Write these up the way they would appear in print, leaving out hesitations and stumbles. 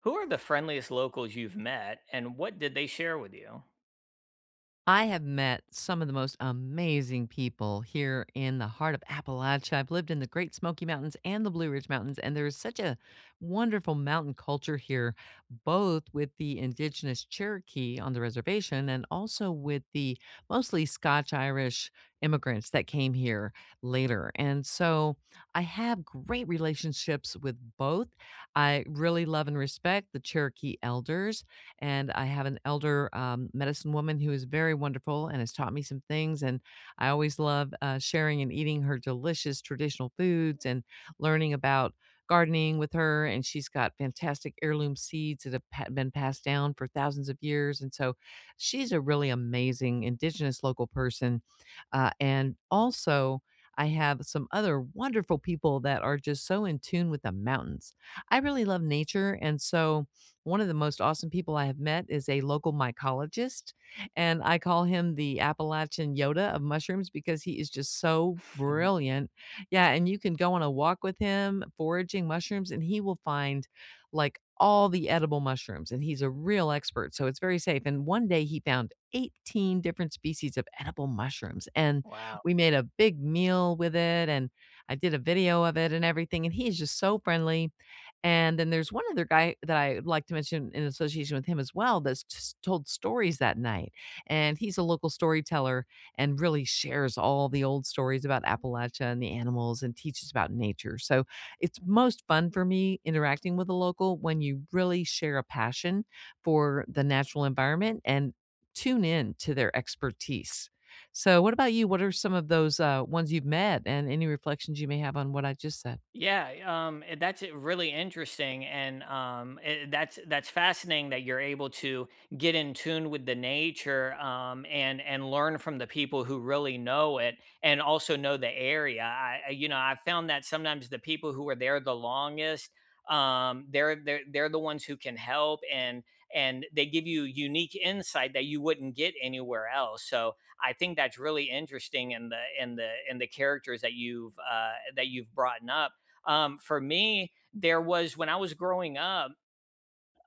Who are the friendliest locals you've met, and what did they share with you? I have met some of the most amazing people here in the heart of Appalachia. I've lived in the Great Smoky Mountains and the Blue Ridge Mountains, and there is such a wonderful mountain culture here, both with the indigenous Cherokee on the reservation and also with the mostly Scotch Irish immigrants that came here later. And so I have great relationships with both. I really love and respect the Cherokee elders, and I have an elder medicine woman who is very wonderful and has taught me some things. And I always love sharing and eating her delicious traditional foods and learning about gardening with her. And she's got fantastic heirloom seeds that have been passed down for thousands of years. And so she's a really amazing indigenous local person. And also, I have some other wonderful people that are just so in tune with the mountains. I really love nature. And so, one of the most awesome people I have met is a local mycologist, and I call him the Appalachian Yoda of mushrooms because he is just so brilliant. Yeah, and you can go on a walk with him foraging mushrooms, and he will find, like, all the edible mushrooms, and he's a real expert, so it's very safe, and one day he found 18 different species of edible mushrooms, and Wow. we made a big meal with it, and I did a video of it and everything, and he's just so friendly. And then there's one other guy that I'd like to mention in association with him as well that's just told stories that night. And he's a local storyteller and really shares all the old stories about Appalachia and the animals and teaches about nature. So it's most fun for me interacting with a local when you really share a passion for the natural environment and tune in to their expertise. So, what about you? What are some of those ones you've met, and any reflections you may have on what I just said? Yeah, that's it really interesting, and that's fascinating that you're able to get in tune with the nature, and learn from the people who really know it, and also know the area. I found that sometimes the people who are there the longest, they're the ones who can help, and they give you unique insight that you wouldn't get anywhere else. So I think that's really interesting in the characters that you've brought up. For me, there was when I was growing up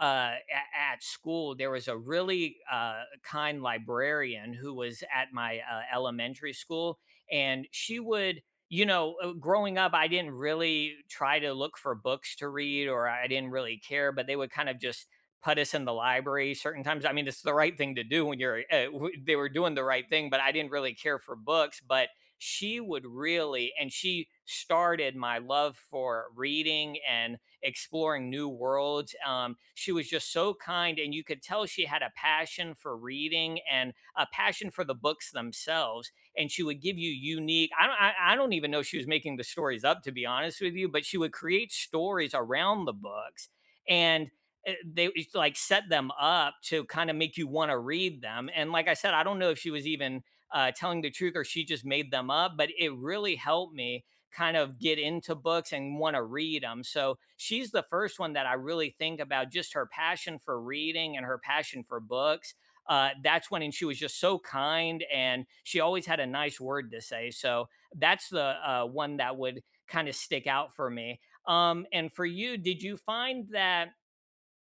uh, a- at school, there was a really kind librarian who was at my elementary school, and she would. Growing up, I didn't really try to look for books to read, or I didn't really care, but they would kind of just put us in the library certain times. I mean, it's the right thing to do when they were doing the right thing, but I didn't really care for books, but. She would really, and she started my love for reading and exploring new worlds. She was just so kind, and you could tell she had a passion for reading and a passion for the books themselves. And she would give you unique. I don't even know if she was making the stories up, to be honest with you. But she would create stories around the books, and they would, like, set them up to kind of make you want to read them. And like I said, I don't know if she was even telling the truth or she just made them up, but it really helped me kind of get into books and want to read them. So she's the first one that I really think about, just her passion for reading and her passion for books. And she was just so kind, and she always had a nice word to say. So that's the one that would kind of stick out for me. And for you, did you find that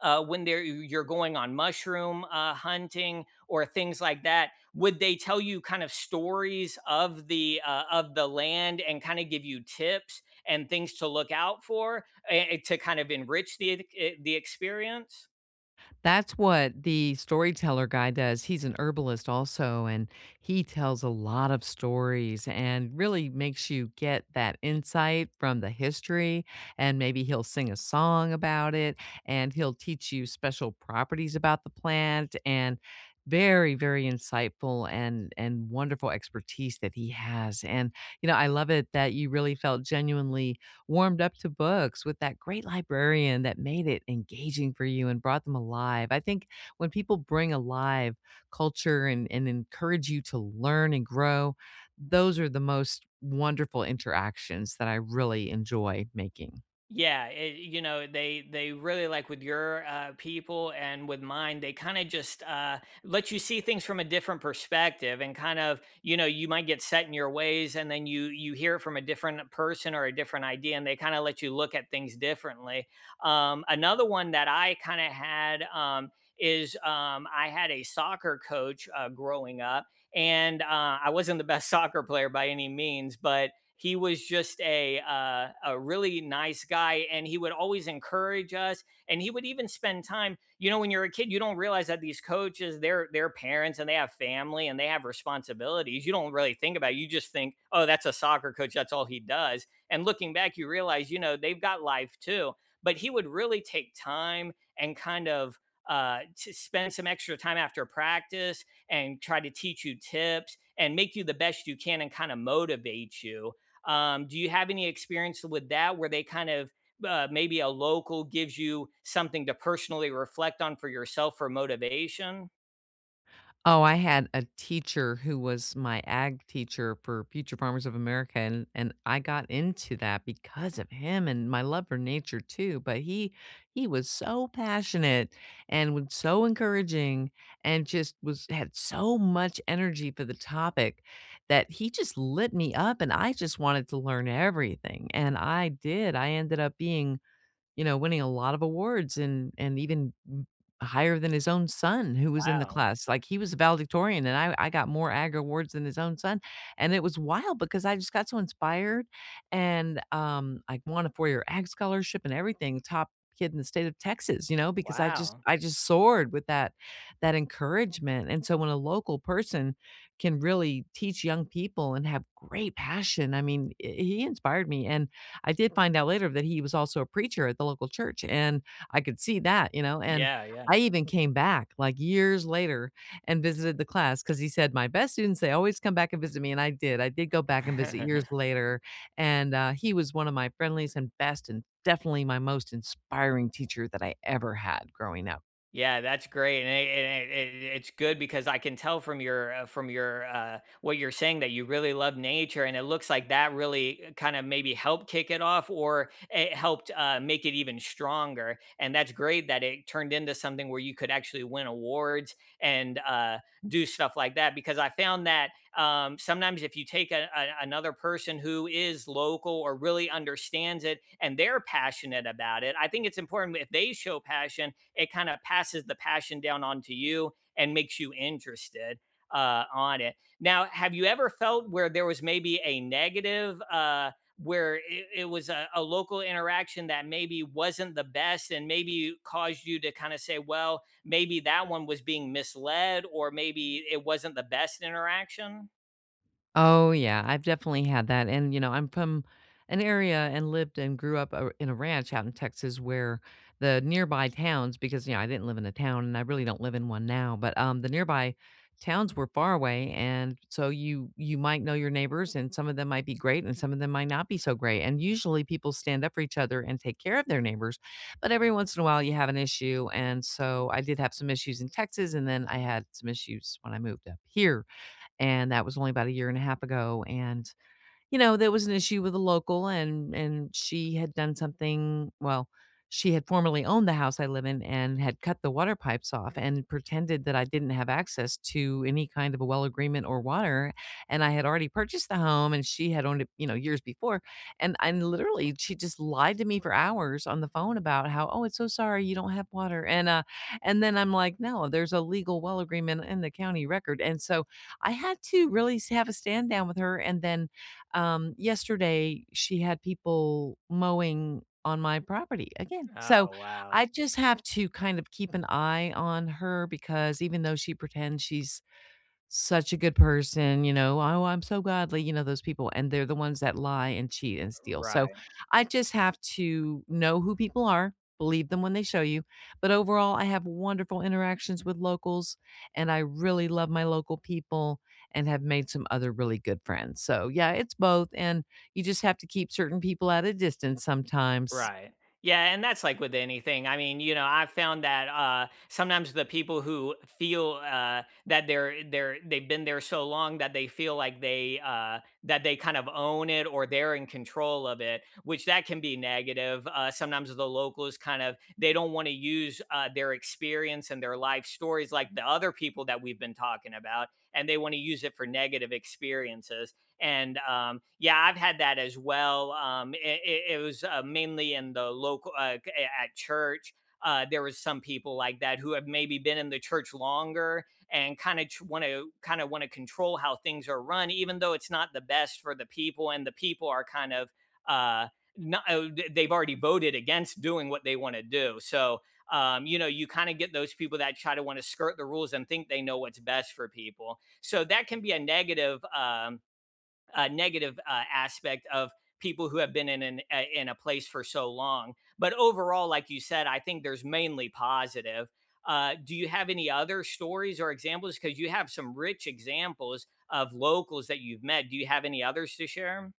when they're you're going on mushroom hunting or things like that, would they tell you kind of stories of the land and kind of give you tips and things to look out for to kind of enrich the the experience? That's what the storyteller guy does. He's an herbalist also, and he tells a lot of stories and really makes you get that insight from the history. And maybe he'll sing a song about it, and he'll teach you special properties about the plant, and very insightful and wonderful expertise that he has. And you know I love it that you really felt genuinely warmed up to books with that great librarian that made it engaging for you and brought them alive. I think when people bring alive culture and encourage you to learn and grow, those are the most wonderful interactions that I really enjoy making. Yeah, they really, like, with your people and with mine, they kind of just let you see things from a different perspective, and kind of, you know, you might get set in your ways, and then you hear it from a different person or a different idea, and they kind of let you look at things differently. Another one that I kind of had is I had a soccer coach growing up, and I wasn't the best soccer player by any means, but he was just a really nice guy, and he would always encourage us, and he would even spend time. You know, when you're a kid, you don't realize that these coaches, they're parents, and they have family, and they have responsibilities. You don't really think about it. You just think, oh, that's a soccer coach, that's all he does. And looking back, you realize, you know, they've got life too. But he would really take time and kind of, to spend some extra time after practice and try to teach you tips and make you the best you can, and kind of motivate you. Do you have any experience with that where they kind of, maybe a local gives you something to personally reflect on for yourself for motivation? Oh, I had a teacher who was my ag teacher for Future Farmers of America, and I got into that because of him and my love for nature too. But he was so passionate and was so encouraging, and just was had so much energy for the topic that he just lit me up, and I just wanted to learn everything, and I did. I ended up being, winning a lot of awards and even m higher than his own son who was in the Wow. class. Like, he was a valedictorian, and I got more ag awards than his own son, and it was wild because I just got so inspired. And, I won a 4-year ag scholarship and everything, top kid in the state of Texas, because I just Wow. I just soared with that encouragement. And so when a local person can really teach young people and have great passion, I mean, I he inspired me, and I did find out later that he was also a preacher at the local church. And I could see that, and Yeah, I even came back, like, years later and visited the class because he said, "My best students, they always come back and visit me," and I did. I did go back and visit yeah. years later, and, he was one of my friendliest and best and definitely my most inspiring teacher that I ever had growing up. Yeah, that's great, and it's good because I can tell from your what you're saying that you really love nature, and it looks like that really kind of maybe helped kick it off, or it helped make it even stronger. And that's great that it turned into something where you could actually win awards and do stuff like that. Because I found that sometimes if you take another person who is local or really understands it, and they're passionate about it, I think it's important if they show passion, it kind of passes the passion down onto you and makes you interested on it. Now, have you ever felt where there was maybe a negative, uh, where it was a local interaction that maybe wasn't the best and maybe caused you to kind of say, well, maybe that one was being misled or maybe it wasn't the best interaction? Oh, yeah, I've definitely had that. And, I'm from an area and lived and grew up a in a ranch out in Texas where the nearby towns, because, I didn't live in a town, and I really don't live in one now, but, the nearby towns were far away. And so you might know your neighbors, and some of them might be great, and some of them might not be so great, and usually people stand up for each other and take care of their neighbors. But every once in a while, you have an issue, and so I did have some issues in Texas, and then I had some issues when I moved up here, and that was only about a year and a half ago. And there was an issue with a local, and she had done something. Well, she had formerly owned the house I live in and had cut the water pipes off and pretended that I didn't have access to any kind of a well agreement or water. And I had already purchased the home, and she had owned it, years before. And literally she just lied to me for hours on the phone about how, oh, it's so sorry you don't have water. And then I'm like, no, there's a legal well agreement in the county record. And so I had to really have a stand down with her. And then yesterday, she had people mowing on my property again. So Oh, wow. I just have to kind of keep an eye on her, because even though she pretends she's such a good person, oh, I'm so godly, those people. And they're the ones that lie and cheat and steal. So Right. I just have to know who people are, believe them when they show you. But overall, I have wonderful interactions with locals, and I really love my local people, and have made some other really good friends. So yeah, it's both. And you just have to keep certain people at a distance sometimes. Right. Yeah, and that's like with anything. I mean, you know, I've found that uh, sometimes the people who feel uh, that they've been there so long that they feel like they uh, that they kind of own it or they're in control of it, which that can be negative. Uh, sometimes the locals kind of, they don't want to use uh, their experience and their life stories like the other people that we've been talking about, and they want to use it for negative experiences, and yeah, I've had that as well. It was mainly in the local at church. There was some people like that who have maybe been in the church longer, and kind of want to control how things are run, even though it's not the best for the people, and the people are kind of uh, not, th- they've already voted against doing what they want to do. So you know, you kind of get those people that try to want to skirt the rules and think they know what's best for people. So that can be a negative. Negative aspect of people who have been in in a place for so long. But overall, like you said, I think there's mainly positive. Do you have any other stories or examples? Because you have some rich examples of locals that you've met. Do you have any others to share?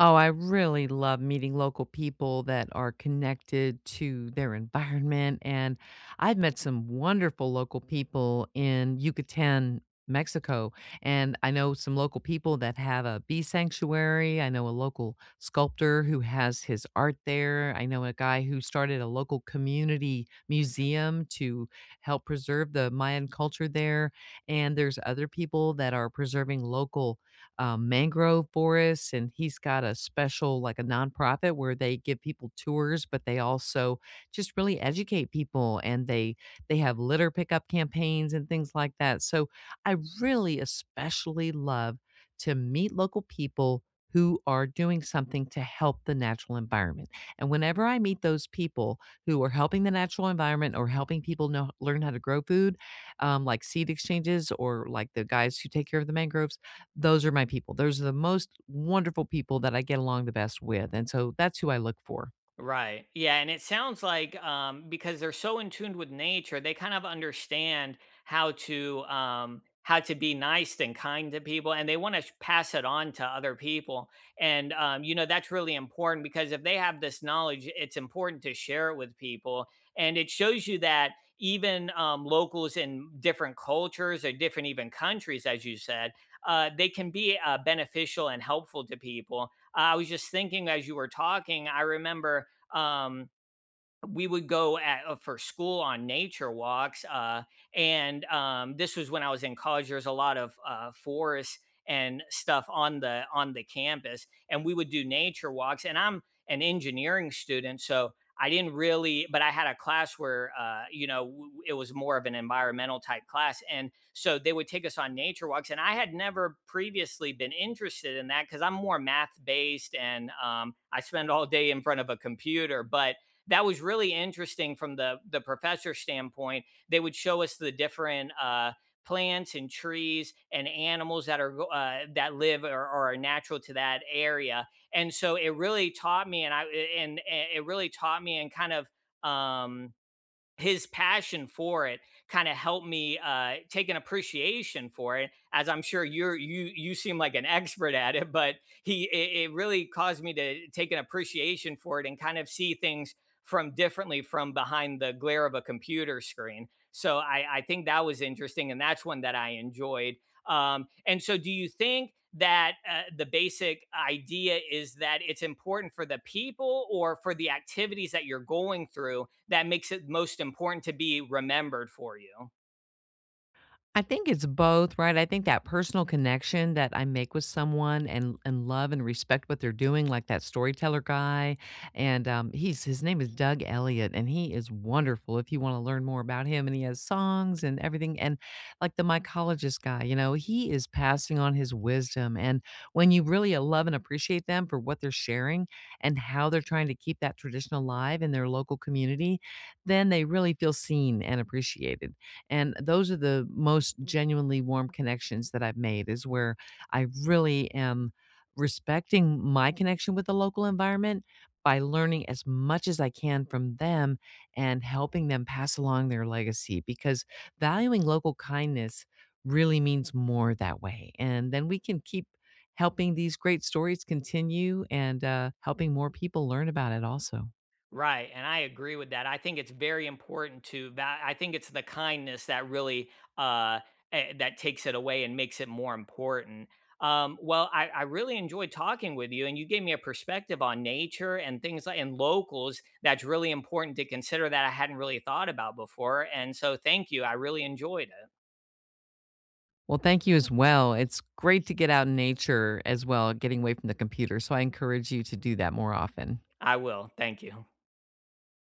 Oh, I really love meeting local people that are connected to their environment. And I've met some wonderful local people in Yucatan, Mexico. And I know some local people that have a bee sanctuary. I know a local sculptor who has his art there. I know a guy who started a local community museum to help preserve the Mayan culture there. And there's other people that are preserving local mangrove forests, and he's got a special, like a nonprofit, where they give people tours, but they also just really educate people, and they have litter pickup campaigns and things like that. So I really especially love to meet local people who are doing something to help the natural environment. And whenever I meet those people who are helping the natural environment or helping people know learn how to grow food, like seed exchanges, or like the guys who take care of the mangroves, those are my people. Those are the most wonderful people that I get along the best with. And so that's who I look for. Right. Yeah, and it sounds like, um, because they're so in tune with nature, they kind of understand how to, um, how to be nice and kind to people, and they want to pass it on to other people. And um, you know, that's really important because if they have this knowledge, it's important to share it with people, and it shows you that even locals in different cultures or different even countries, as you said, they can be beneficial and helpful to people. I was just thinking as you were talking, I remember, um, we would go at for school on nature walks, and um, this was when I was in college. There's a lot of uh, forests and stuff on the campus, and we would do nature walks. And I'm an engineering student, so I didn't really, but I had a class where uh, you know, it was more of an environmental type class, and so they would take us on nature walks. And I had never previously been interested in that because I'm more math based, and um, I spend all day in front of a computer, but that was really interesting from the professor standpoint. They would show us the different plants and trees and animals that are that live or are natural to that area, and so it really taught me, and it really taught me and kind of, um his passion for it kind of helped me take an appreciation for it, as I'm sure you're, you seem like an expert at it. But he it, it really caused me to take an appreciation for it and kind of see things from differently from behind the glare of a computer screen. So I think that was interesting, and that's one that I enjoyed. And so, do you think that the basic idea is that it's important for the people or for the activities that you're going through that makes it most important to be remembered for you? I think it's both, right? I think that personal connection that I make with someone, and love and respect what they're doing, like that storyteller guy, and he's his name is Doug Elliott, and he is wonderful. If you want to learn more about him, and he has songs and everything. And like the mycologist guy, he is passing on his wisdom. And when you really love and appreciate them for what they're sharing and how they're trying to keep that tradition alive in their local community, then they really feel seen and appreciated. And those are the most genuinely warm connections that I've made, is where I really am respecting my connection with the local environment by learning as much as I can from them and helping them pass along their legacy, because valuing local kindness really means more that way. And then we can keep helping these great stories continue, and helping more people learn about it also. Right, and I agree with that. I think it's very important to that, I think it's the kindness that really uh that takes it away and makes it more important. Well, I really enjoyed talking with you, and you gave me a perspective on nature and things like and locals that's really important to consider that I hadn't really thought about before. And so, thank you. I really enjoyed it. Well, thank you as well. It's great to get out in nature as well, getting away from the computer. So I encourage you to do that more often. I will. Thank you.